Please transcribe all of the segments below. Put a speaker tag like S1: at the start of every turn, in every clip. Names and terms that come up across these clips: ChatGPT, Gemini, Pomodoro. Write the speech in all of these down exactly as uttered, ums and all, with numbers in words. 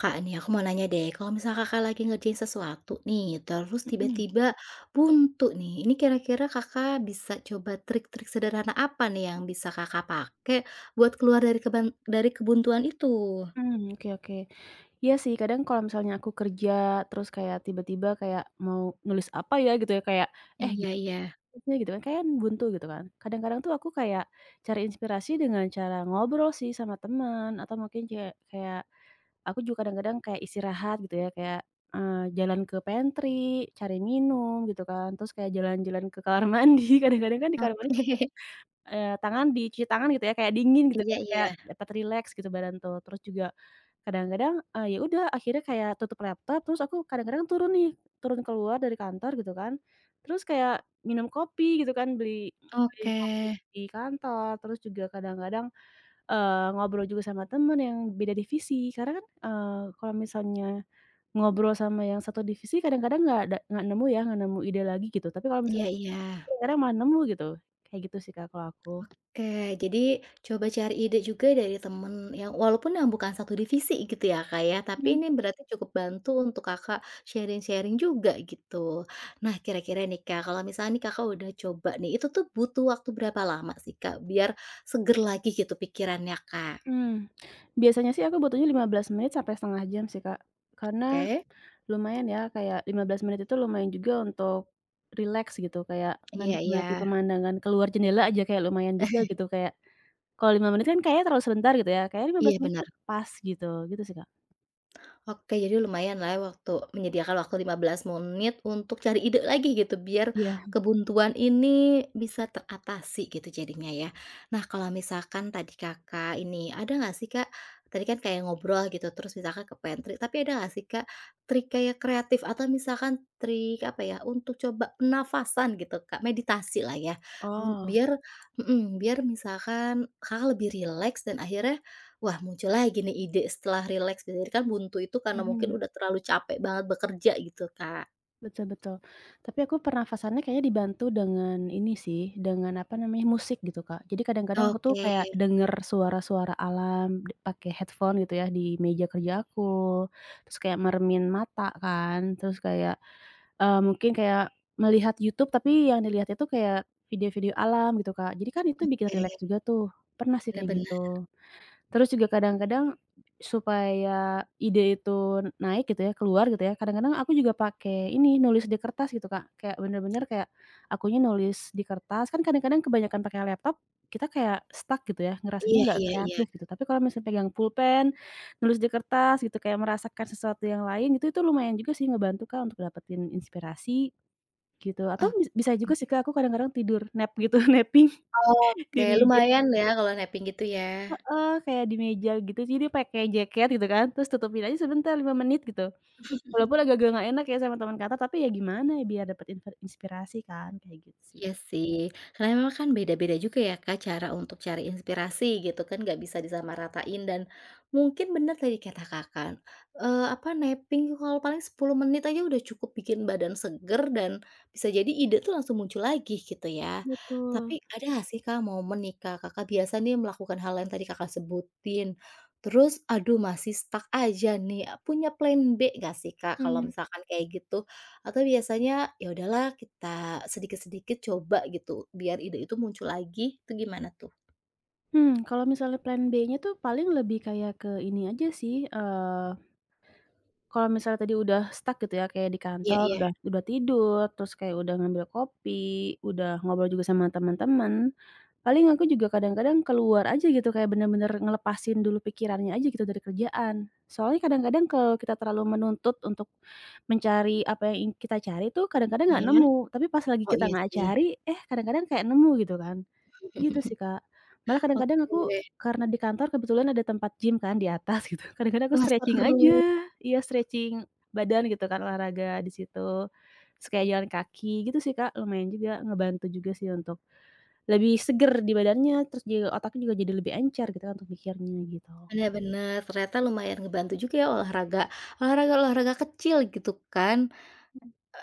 S1: Kak nih aku mau nanya deh, kalau misal Kakak lagi ngerjain sesuatu nih, terus
S2: Mhm.
S1: tiba-tiba buntu nih, ini kira-kira Kakak bisa coba trik-trik sederhana apa nih yang bisa Kakak pakai buat keluar dari keban dari kebuntuan itu?
S2: Mmm, oke, oke. Iya sih kadang kalau misalnya aku kerja terus kayak tiba-tiba kayak mau nulis apa ya gitu ya kayak, eh,
S1: Iya
S2: gimana
S1: iya.
S2: sih gitu kan kan buntu gitu kan. Kadang-kadang tuh aku kayak cari inspirasi dengan cara ngobrol sih sama teman atau mungkin kayak kayak aku juga kadang-kadang kayak istirahat gitu ya kayak, eee, jalan ke pantry, cari minum gitu kan, terus kayak jalan-jalan ke kamar mandi, kadang-kadang kan di kamar.
S1: Oke.
S2: Eee, tangan dicuci tangan gitu ya, kayak dingin gitu
S1: Iya
S2: kan,
S1: iya.
S2: kayak dapat rileks gitu badan tuh. Terus juga kadang-kadang, eee, ya udah akhirnya kayak tutup laptop, terus aku kadang-kadang turun nih, turun keluar dari kantor gitu kan. Terus kayak minum kopi gitu kan, beli beli
S1: Oke.
S2: kopi di kantor, terus juga kadang-kadang, eee, ngobrol juga sama temen yang beda divisi. Karena kan, eee, kalau misalnya ngobrol sama yang satu divisi kadang-kadang nggak ada nggak nemu ya, nggak nemu ide lagi gitu, tapi kalau
S1: Iya
S2: misalnya
S1: iya.
S2: kadang malah nemu gitu. Kayak gitu sih, Kak, kalau aku.
S1: Oke, jadi coba cari ide juga dari temen yang walaupun yang bukan satu divisi gitu ya, Kak, ya, tapi ini berarti cukup bantu untuk Kakak sharing-sharing juga gitu. Nah, kira-kira nih, Kak, kalau misalnya nih Kakak udah coba nih, itu tuh butuh waktu berapa lama sih, Kak, biar seger lagi gitu pikirannya, Kak?
S2: Mmm, Biasanya sih aku butuhnya lima belas menit sampai setengah jam sih, Kak. Karena
S1: Oke?
S2: lumayan ya, kayak lima belas menit itu lumayan juga untuk rileks gitu, kayak
S1: Iya iya.
S2: menikmati pemandangan keluar jendela aja kayak lumayan juga gitu, kayak kalau lima menit kan kayaknya terlalu sebentar gitu ya, kayaknya lima
S1: Iya,
S2: belas menit
S1: benar.
S2: tuh pas gitu, gitu sih, Kak.
S1: Oke, jadi lumayan lumayanlah waktu menyediakan waktu lima belas menit untuk cari ide lagi gitu, biar
S2: Iya.
S1: kebuntuan ini bisa teratasi gitu jadinya ya. Nah, kalau misalkan tadi Kakak ini, ada nggak sih Kak, tadi kan kayak ngobrol gitu, terus misalkan ke pantry, tapi ada nggak sih Kak, trik kayak kreatif atau misalkan trik apa ya, untuk coba penafasan gitu Kak, meditasi lah ya, un
S2: Oh,
S1: biar mhm, biar misalkan Kakak lebih rileks dan akhirnya wah, muncul lagi nih ide setelah rileks. Jadi kan buntu itu karena mungkin
S2: mhm.
S1: udah terlalu capek banget bekerja gitu, Kak.
S2: Betul, betul. Tapi aku pernafasannya kayaknya dibantu dengan ini sih, dengan apa namanya, musik gitu, Kak. Jadi kadang-kadang aku tuh
S1: Oke.
S2: kayak denger suara-suara alam d pakai headphone gitu ya di meja kerja aku, terus kayak mermin mata kan, terus kayak, eee, mungkin kayak melihat YouTube, tapi yang dilihat itu kayak video-video alam gitu, Kak. Jadi kan itu bikin rileks juga tuh, pernah sih
S1: Bener
S2: kayak
S1: bener.
S2: gitu. Terus juga kadang-kadang supaya ide itu naik gitu ya, keluar gitu ya, kadang-kadang aku juga pakai ini, nulis di kertas gitu, Kak. Kayak bener-bener kayak akunya nulis di kertas, kan kadang-kadang kebanyakan pakai laptop, kita kayak stuck gitu ya, ngerasanya
S1: Iya
S2: nggak
S1: iya iya.
S2: kreatif gitu. Tapi kalau misalnya pegang pulpen, nulis di kertas gitu, kayak merasakan sesuatu yang lain gitu, itu lumayan juga sih ngebantu, Kak, untuk dapetin inspirasi gitu. Atau
S1: Oke.
S2: bis bisa juga sih, Kak, aku kadang-kadang tidur nap gitu, napping di
S1: Oke,
S2: meja.
S1: lumayan ya kalau napping gitu ya.
S2: Heeh, kayak di meja gitu sih dia pakai jaket gitu kan, terus tutupin aja sebentar lima menit gitu. Walaupun agak-agak nggak enak ya sama teman kantor, tapi ya gimana ya biar dapat inver inspirasi kan, kayak gitu sih.
S1: Iya sih, karena memang kan beda-beda juga ya Kak, cara untuk cari inspirasi gitu kan, nggak bisa disamaratain dan mungkin bener tadi kata Kakak, eee, apa, napping kalau paling sepuluh menit aja udah cukup bikin badan seger dan bisa jadi ide tuh langsung muncul lagi gitu ya. Tapi
S2: Betul,
S1: ada nggak sih Kak, momen nih Kak, Kakak biasa nih melakukan hal yang tadi Kakak sebutin, terus aduh masih stuck aja nih, punya plan B nggak sih Kak, kalau
S2: mhm.
S1: misalkan kayak gitu? Atau biasanya, ya udahlah kita sedikit-sedikit coba gitu, biar ide itu muncul lagi, itu gimana tuh?
S2: Mmm, kalau misalnya plan B-nya tuh paling lebih kayak ke ini aja sih, eee, kalau misalnya tadi udah stuck gitu ya, kayak di
S1: Iya
S2: kantor
S1: iya.
S2: udah udah tidur, terus kayak udah ngambil kopi, udah ngobrol juga sama teman-teman. Paling aku juga kadang-kadang keluar aja gitu, kayak bener-bener ngelepasin dulu pikirannya aja gitu dari kerjaan. Soalnya kadang-kadang kalau kita terlalu menuntut untuk mencari apa yang ing kita cari tuh kadang-kadang nggak
S1: Iya?
S2: nemu, tapi pas lagi
S1: Oh
S2: kita
S1: iya
S2: nggak
S1: sih.
S2: cari, eh kadang-kadang kayak nemu gitu kan. Gitu sih, Kak. Malah kadang-kadang aku
S1: Oke.
S2: karena di kantor kebetulan ada tempat gym kan di atas gitu, kadang-kadang aku
S1: Wah
S2: stretching
S1: seru.
S2: aja, iya stretching badan gitu kan, olahraga di situ. Terus kayak jalan kaki gitu sih, Kak, lumayan juga, ngebantu juga sih untuk lebih seger di badannya, terus juga otaknya juga jadi lebih encer gitu kan untuk mikirnya gitu.
S1: Bener bener, ternyata lumayan ngebantu juga ya olahraga olahraga-olahraga kecil gitu kan.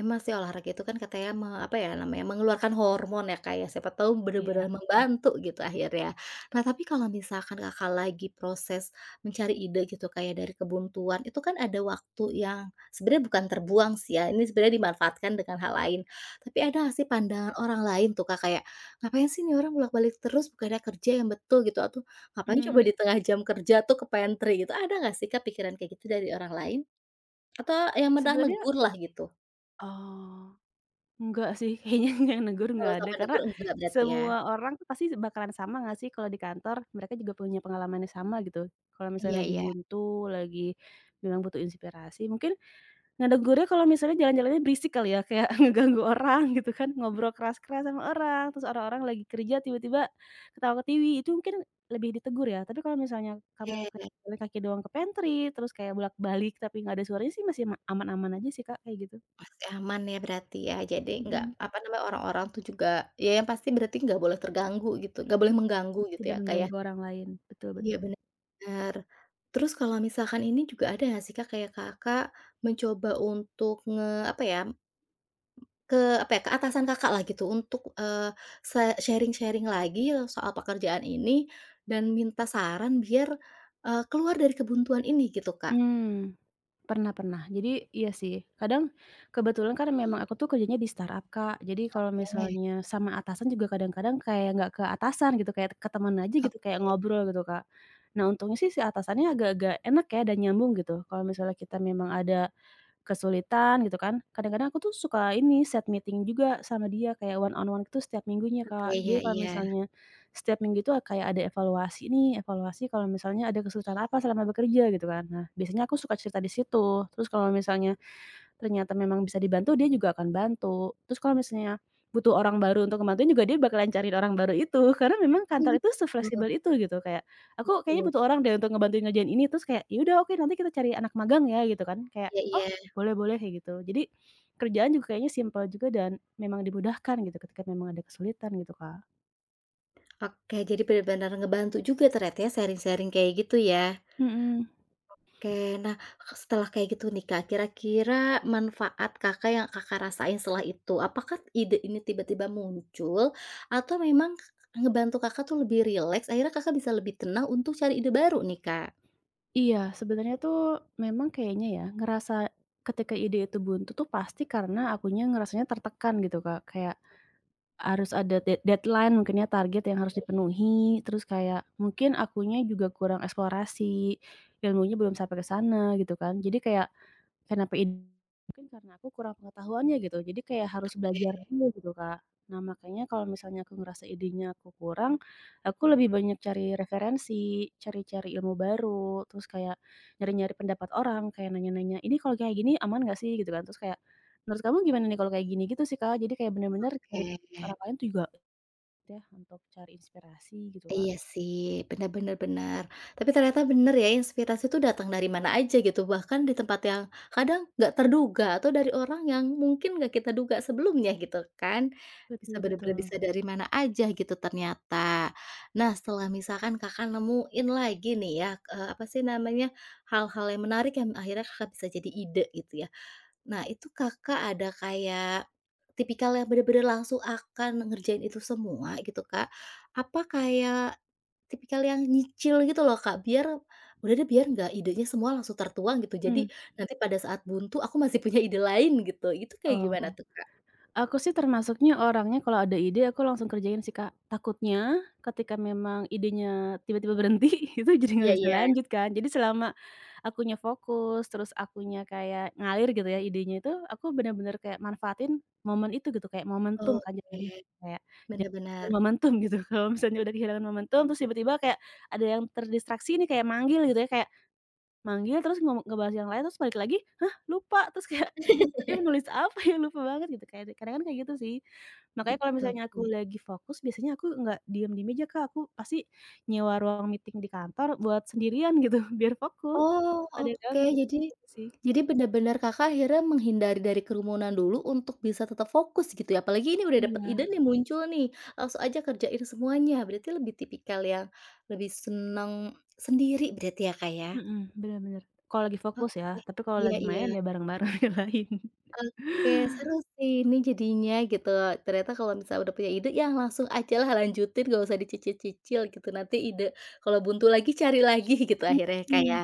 S1: Emang sih olahraga itu kan katanya me apa ya namanya, mengeluarkan hormon ya Kak ya, siapa tahu
S2: Iya.
S1: bener-bener Mhm. membantu gitu akhirnya. Nah tapi kalau misalkan Kakak lagi proses mencari ide gitu kayak dari kebuntuan, itu kan ada waktu yang sebenarnya bukan terbuang sih ya, ini sebenarnya dimanfaatkan dengan hal lain. Tapi ada nggak sih pandangan orang lain tuh Kak kayak, "Ngapain sih nih orang bolak-balik terus, bukannya kerja yang betul," gitu, atau, "Ngapain coba
S2: mmm,
S1: di tengah jam kerja tuh ke pantry," gitu. Ada nggak sih Kak pikiran kayak gitu dari orang lain? Atau yang malah
S2: Sebenarnya
S1: negur lah gitu?
S2: oh, enggak sih kayaknya yang negur
S1: Kalau
S2: nggak ada
S1: sampai
S2: karena
S1: negur enggak berarti ya?
S2: semua orang tuh pasti bakalan sama nggak sih kalau di kantor, mereka juga punya pengalamannya sama gitu. Kalau
S1: Iya
S2: misalnya lagi
S1: iya.
S2: buntu, lagi memang butuh inspirasi mungkin. Ngeganggunya kalau misalnya jalan-jalannya berisik kali ya, kayak ngeganggu orang gitu kan, ngobrol keras-keras sama orang, terus orang-orang lagi kerja tiba-tiba ketawa-ketiwi, itu mungkin lebih ditegur ya. Tapi kalau misalnya kamu kayak
S1: Oke,
S2: jalan kaki doang ke pantry, terus kayak bolak-balik tapi nggak ada suaranya sih masih ma aman-aman aja sih, Kak, kayak gitu.
S1: masih aman ya berarti ya. Jadi nggak,
S2: Mhm,
S1: apa namanya, orang-orang tuh juga ya yang pasti berarti nggak boleh terganggu gitu, nggak boleh
S2: iya,
S1: mengganggu gitu
S2: tidak
S1: ya, Kak, ya?
S2: mengganggu orang lain, betul,
S1: Iya
S2: betul.
S1: benar. Terus kalau misalkan ini juga ada nggak sih, Kak, kayak Kakak mencoba untuk nge apa ya, ke apa ya, ke atasan Kakak lah gitu untuk, eee, se sharing-sharing lagi soal pekerjaan ini dan minta saran biar, eee, keluar dari kebuntuan ini gitu, Kak?
S2: Mmm, Pernah, pernah. Jadi iya sih, kadang kebetulan kan memang aku tuh kerjanya di startup, Kak. Jadi kalau
S1: Oke,
S2: misalnya sama atasan juga kadang-kadang kayak nggak ke atasan gitu, kayak ke teman aja gitu, kayak
S1: oke.
S2: ngobrol gitu, Kak. Nah untungnya sih si atasannya agak-agak enak ya dan nyambung gitu. Kalau misalnya kita memang ada kesulitan gitu kan. Kadang-kadang aku tuh suka ini set meeting juga sama dia kayak one on one itu setiap minggunya,
S1: Oke,
S2: Kak.
S1: iya
S2: Jadi kalau
S1: iya.
S2: misalnya setiap minggu itu kayak ada evaluasi nih, evaluasi kalau misalnya ada kesulitan apa selama bekerja gitu kan. Nah, biasanya aku suka cerita di situ. Terus kalau misalnya ternyata memang bisa dibantu, dia juga akan bantu. Terus kalau misalnya butuh orang baru untuk ngebantuin juga dia bakalan cari orang baru itu, karena memang
S1: Iya,
S2: kantor itu
S1: betul,
S2: se-fleksibel itu gitu, kayak, "Aku kayaknya
S1: iya.
S2: butuh orang deh untuk ngebantuin ngerjain ini," terus kayak, "Ya udah, oke, nanti kita cari anak magang ya," gitu kan, kayak,
S1: Iya iya.
S2: "Oh, boleh, boleh," kayak gitu. Jadi kerjaan juga kayaknya simpel juga dan memang dimudahkan gitu ketika memang ada kesulitan gitu, Kak.
S1: Oke, jadi bener benar ngebantu juga ternyata ya sharing-sharing kayak gitu ya.
S2: Mhm.
S1: Oke, nah setelah kayak gitu nih Kak, kira-kira manfaat Kakak yang Kakak rasain setelah itu, apakah ide ini tiba-tiba muncul atau memang ngebantu Kakak tuh lebih rileks, akhirnya Kakak bisa lebih tenang untuk cari ide baru nih, Kak?
S2: Iya, sebenarnya tuh memang kayaknya ya ngerasa ketika ide itu buntu tuh pasti karena akunya ngerasanya tertekan gitu, Kak, kayak harus ada dead deadline mungkin ya, target yang harus dipenuhi, terus kayak mungkin akunya juga kurang eksplorasi, ilmunya belum sampai ke sana gitu kan. Jadi kayak kenapa ide? Mungkin karena aku kurang pengetahuannya gitu, jadi kayak harus belajar dulu gitu, Kak. Nah, makanya kalau misalnya aku ngerasa idenya aku kurang, aku lebih banyak cari referensi, cari-cari ilmu baru, terus kayak nyari-nyari pendapat orang, kayak nanya-nanya, "Ini kalau kayak gini aman nggak sih?" gitu kan. Terus kayak, "Menurut kamu gimana nih kalau kayak gini?" gitu sih, Kak. Jadi kayak bener-bener cari
S1: Oke.
S2: orang lain tuh juga ya untuk cari inspirasi gitu, Kak.
S1: Iya sih, benar-benar-benar. Tapi ternyata benar ya inspirasi itu datang dari mana aja gitu, bahkan di tempat yang kadang nggak terduga atau dari orang yang mungkin nggak kita duga sebelumnya gitu kan. Bisa
S2: Betul,
S1: benar-benar
S2: betul.
S1: bisa dari mana aja gitu ternyata. Nah setelah misalkan Kakak nemuin lagi nih ya, eee, apa sih namanya, hal-hal yang menarik yang akhirnya Kakak bisa jadi ide gitu ya. Nah, itu Kakak ada kayak tipikal yang bener-bener langsung akan ngerjain itu semua gitu, Kak? Apa kayak tipikal yang nyicil gitu loh, Kak, biar udah deh biar nggak idenya semua langsung tertuang gitu, jadi
S2: Mmm,
S1: nanti pada saat buntu aku masih punya ide lain gitu, itu kayak gimana
S2: oh.
S1: tuh, Kak?
S2: Aku sih termasuknya orangnya kalau ada ide aku langsung kerjain sih, Kak. Takutnya ketika memang idenya tiba-tiba berhenti, itu jadi
S1: Iya
S2: nggak bisa
S1: iya.
S2: lanjut kan. Jadi selama akunya fokus, terus akunya kayak ngalir gitu ya idenya itu, aku benar-benar kayak manfaatin momen itu gitu, kayak momentum kan jadinya
S1: Oke,
S2: kayak jangan
S1: benar-benar.
S2: kehilangan momentum gitu. Kalau misalnya udah kehilangan momentum, terus tiba-tiba kayak ada yang terdistraksi nih, kayak manggil gitu ya, kayak manggil terus ngomong ngebahas yang lain, terus balik lagi, "Hah, lupa!" Terus kayak, "Mmm, tadi menulis apa ya? Lupa banget," gitu kayak kadang kan kayak gitu sih. Makanya kalau misalnya aku
S1: Betul.
S2: lagi fokus, biasanya aku nggak diem di meja, Kak, aku pasti nyewa ruang meeting di kantor buat sendirian gitu, biar fokus,
S1: Oh,
S2: nggak ada yang
S1: oke.
S2: ganggu,
S1: Jadi
S2: gitu sih.
S1: jadi benar-benar Kakak akhirnya menghindari dari kerumunan dulu untuk bisa tetap fokus gitu ya? Apalagi ini udah dapet
S2: Iya,
S1: ide nih muncul nih, langsung aja kerjain semuanya. Berarti lebih tipikal yang lebih seneng sendiri berarti ya, Kak, ya?
S2: mhm, bener, bener. Kalau lagi fokus ya,
S1: Oke.
S2: tapi kalau
S1: Iya
S2: lagi
S1: iya.
S2: main ya bareng-bareng yang lain.
S1: Oke, seru sih ini jadinya gitu. Ternyata kalau misalnya udah punya ide, ya langsung aja lah lanjutin, gak usah dicicil-cicil gitu. Nanti ide kalau buntu lagi cari lagi gitu akhirnya ya, Kak, ya?
S2: Mhm,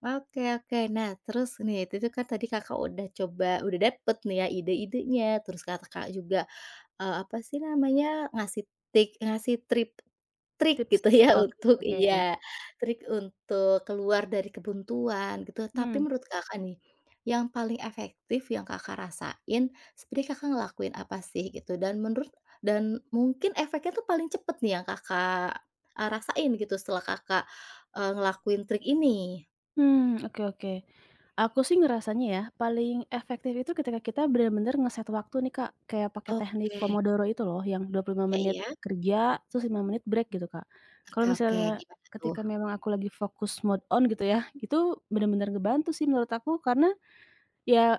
S1: Oke oke. Nah, terus nih, itu tuh kan tadi Kakak udah coba udah dapet nih ya ide-idenya, terus Kakak juga, eee, apa sih namanya, ngasih tik ngasih trip trik gitu
S2: tips,
S1: ya
S2: oke,
S1: untuk
S2: oke.
S1: iya, trik untuk keluar dari kebuntuan gitu. Tapi
S2: Mmm.
S1: menurut Kakak nih, yang paling efektif yang Kakak rasain, sebenarnya Kakak ngelakuin apa sih gitu? Dan menurut dan mungkin efeknya tuh paling cepet nih yang Kakak, eee, rasain gitu setelah Kakak, eee, ngelakuin trik ini?
S2: Hmm, oke, oke. Aku sih ngerasanya ya, paling efektif itu ketika kita benar-benar ngeset waktu nih, Kak, kayak pakai teknik
S1: Oke.
S2: Pomodoro itu loh, yang dua puluh lima
S1: Iya
S2: menit
S1: iya.
S2: kerja, terus lima menit break gitu, Kak. Kalau
S1: Oke oke,
S2: misalnya
S1: gimana tuh?
S2: ketika memang aku lagi fokus mode on gitu ya, itu benar-benar ngebantu sih menurut aku, karena ya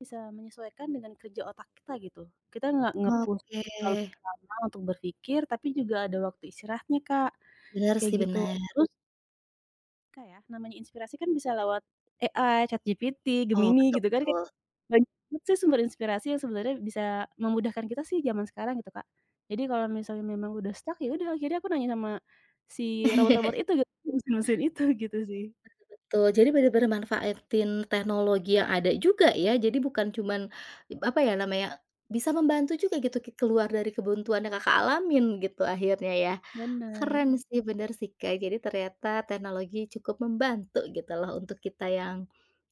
S2: bisa menyesuaikan dengan kerja otak kita gitu. Kita nggak nge-push
S1: Oke,
S2: terlalu lama untuk berpikir, tapi juga ada waktu istirahatnya, Kak,
S1: bener
S2: kayak
S1: sih
S2: gitu.
S1: bener.
S2: Terus Kak, ya, namanya inspirasi kan bisa lewat A I, ChatGPT,
S1: Oh,
S2: Gemini
S1: betul
S2: gitu kan, kayak
S1: betul.
S2: banyak banget sih sumber inspirasi yang sebenarnya bisa memudahkan kita sih zaman sekarang gitu, Kak. Jadi kalau misalnya memang udah stuck, ya udah akhirnya aku nanya sama si robot-robot itu gitu, mesin-mesin itu gitu sih.
S1: Betul, jadi bener-bener manfaatin teknologi yang ada juga ya, jadi bukan cuman, apa ya namanya, bisa membantu juga gitu ki keluar dari kebuntuan yang Kakak alamin gitu akhirnya ya.
S2: Bener,
S1: Keren sih, bener sih Kak, jadi ternyata teknologi cukup membantu gitu loh untuk kita yang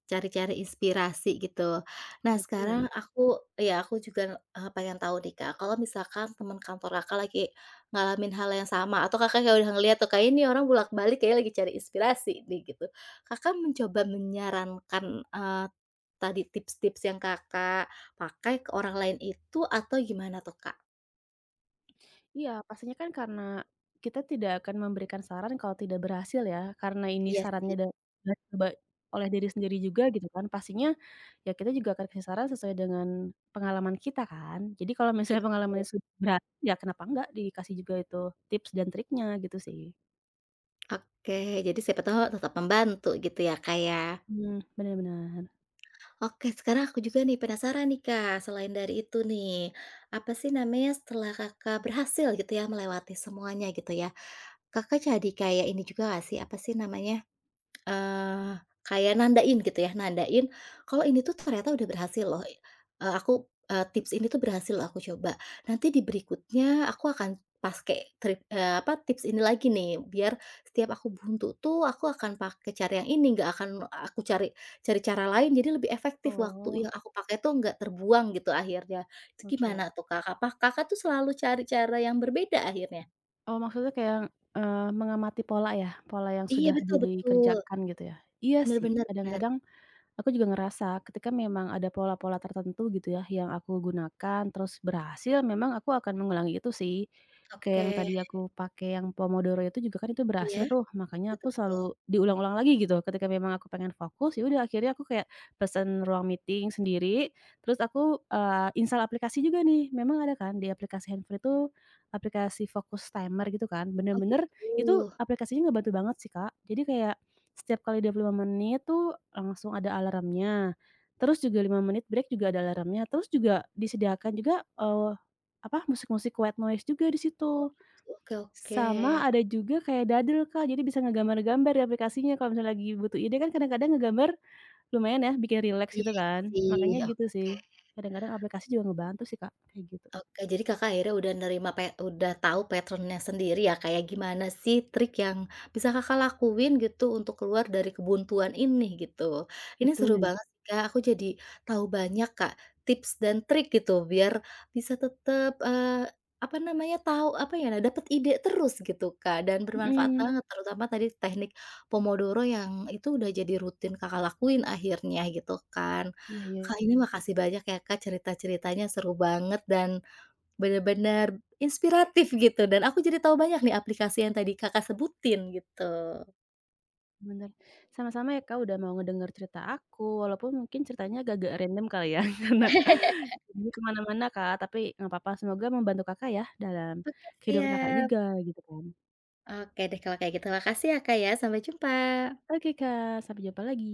S1: cari-cari inspirasi gitu. Nah, Mhm. sekarang
S2: betul.
S1: aku ya aku juga, eee, pengen tahu nih Kak, kalau misalkan teman kantor Kakak lagi ngalamin hal yang sama atau Kakak kayak udah ngeliat tuh, kayak ini orang bolak-balik kayak lagi cari inspirasi nih gitu. Kakak mencoba menyarankan, eee, tadi tips-tips yang Kakak pakai ke orang lain itu atau gimana tuh Kak?
S2: Iya, pastinya kan karena kita tidak akan memberikan saran kalau tidak berhasil ya, karena ini
S1: Iya sih.
S2: sarannya da udah coba oleh diri sendiri juga gitu kan, pastinya ya kita juga akan kasih saran sesuai dengan pengalaman kita kan. Jadi kalau misalnya pengalamannya sudah berhasil, ya kenapa enggak dikasih juga itu tips dan triknya gitu sih.
S1: Oke, jadi siapa tahu tetap membantu gitu ya Kak ya.
S2: Mmm, benar, bener.
S1: Oke, sekarang aku juga nih penasaran nih Kak, selain dari itu nih, apa sih namanya setelah Kakak berhasil gitu ya melewati semuanya gitu ya, Kakak jadi kayak ini juga nggak sih, apa sih namanya, Eee, kayak nandain gitu ya, nandain kalau ini tuh ternyata udah berhasil loh, eee, aku, eee, tips ini tuh berhasil aku coba. Nanti di berikutnya aku akan pakai trip eee, apa, tips ini lagi nih, biar setiap aku buntu tuh aku akan pakai cara yang ini, nggak akan aku cari cari cara lain, jadi lebih efektif waktu
S2: Oh,
S1: yang aku pakai tuh nggak terbuang gitu akhirnya. Itu
S2: oke.
S1: gimana tuh, Kak? Apa Kakak tuh selalu cari cara yang berbeda akhirnya?
S2: Oh, maksudnya kayak, eee, mengamati pola ya, pola yang
S1: Iya,
S2: sudah
S1: betul betul.
S2: dikerjakan gitu ya? Iya
S1: Bener
S2: sih,
S1: bener bener.
S2: kadang-kadang aku juga ngerasa ketika memang ada pola-pola tertentu gitu ya yang aku gunakan terus berhasil memang aku akan mengulangi itu sih. Kayak yang
S1: Oke.
S2: tadi aku pakai yang Pomodoro itu juga kan itu
S1: Iya,
S2: berhasil tuh makanya
S1: betul
S2: aku
S1: betul.
S2: selalu diulang-ulang lagi gitu ketika memang aku pengen fokus ya udah akhirnya aku kayak pesan ruang meeting sendiri terus aku, eee, install aplikasi juga nih memang ada kan di aplikasi handphone itu aplikasi fokus timer gitu kan
S1: Oh
S2: bener-bener itu
S1: gitu.
S2: aplikasinya nggak bantu banget sih, Kak, jadi kayak setiap kali dua puluh lima menit tuh langsung ada alarmnya, terus juga lima menit break juga ada alarmnya, terus juga disediakan juga, eee, apa, musik-musik white noise juga di situ.
S1: Oke oke.
S2: Sama ada juga kayak dadel, Kak, jadi bisa ngegambar-gambar di aplikasinya kalau misalnya lagi butuh ide kan kadang-kadang ngegambar lumayan ya bikin relax gitu
S1: Iya
S2: kan,
S1: sih,
S2: makanya gitu sih.
S1: oke.
S2: Kadang-kadang aplikasi juga ngebantu sih, Kak, kayak gitu.
S1: Oke, jadi Kakak akhirnya udah nerima pe udah tahu pattern sendiri ya, kayak gimana sih trik yang bisa Kakak lakuin gitu untuk keluar dari kebuntuan ini gitu. Ini seru
S2: Betul.
S1: banget sih, Kak, aku jadi tahu banyak, Kak, tips dan trik gitu biar bisa tetap, apa namanya, tahu apa ya, nah, dapat ide terus gitu, Kak, dan bermanfaat
S2: Mhm,
S1: banget terutama tadi teknik Pomodoro yang itu udah jadi rutin Kakak lakuin akhirnya gitu kan.
S2: iya, iya,
S1: Kak, ini makasih banyak ya, Kak, cerita-ceritanya seru banget dan bener-bener inspiratif gitu dan aku jadi tahu banyak nih aplikasi yang tadi Kakak sebutin gitu.
S2: bener. Sama-sama ya, Kak, udah mau ngedenger cerita aku, walaupun mungkin ceritanya agak-agak random kali ya karena jadi kemana mana, Kak, tapi nggak apa-apa, semoga membantu Kakak ya dalam
S1: Oke
S2: kehidupan Kakak
S1: siap.
S2: juga gitu kan.
S1: Oke deh kalau kayak gitu makasih ya Kak ya, sampai jumpa.
S2: Oke, Kak, sampai jumpa lagi.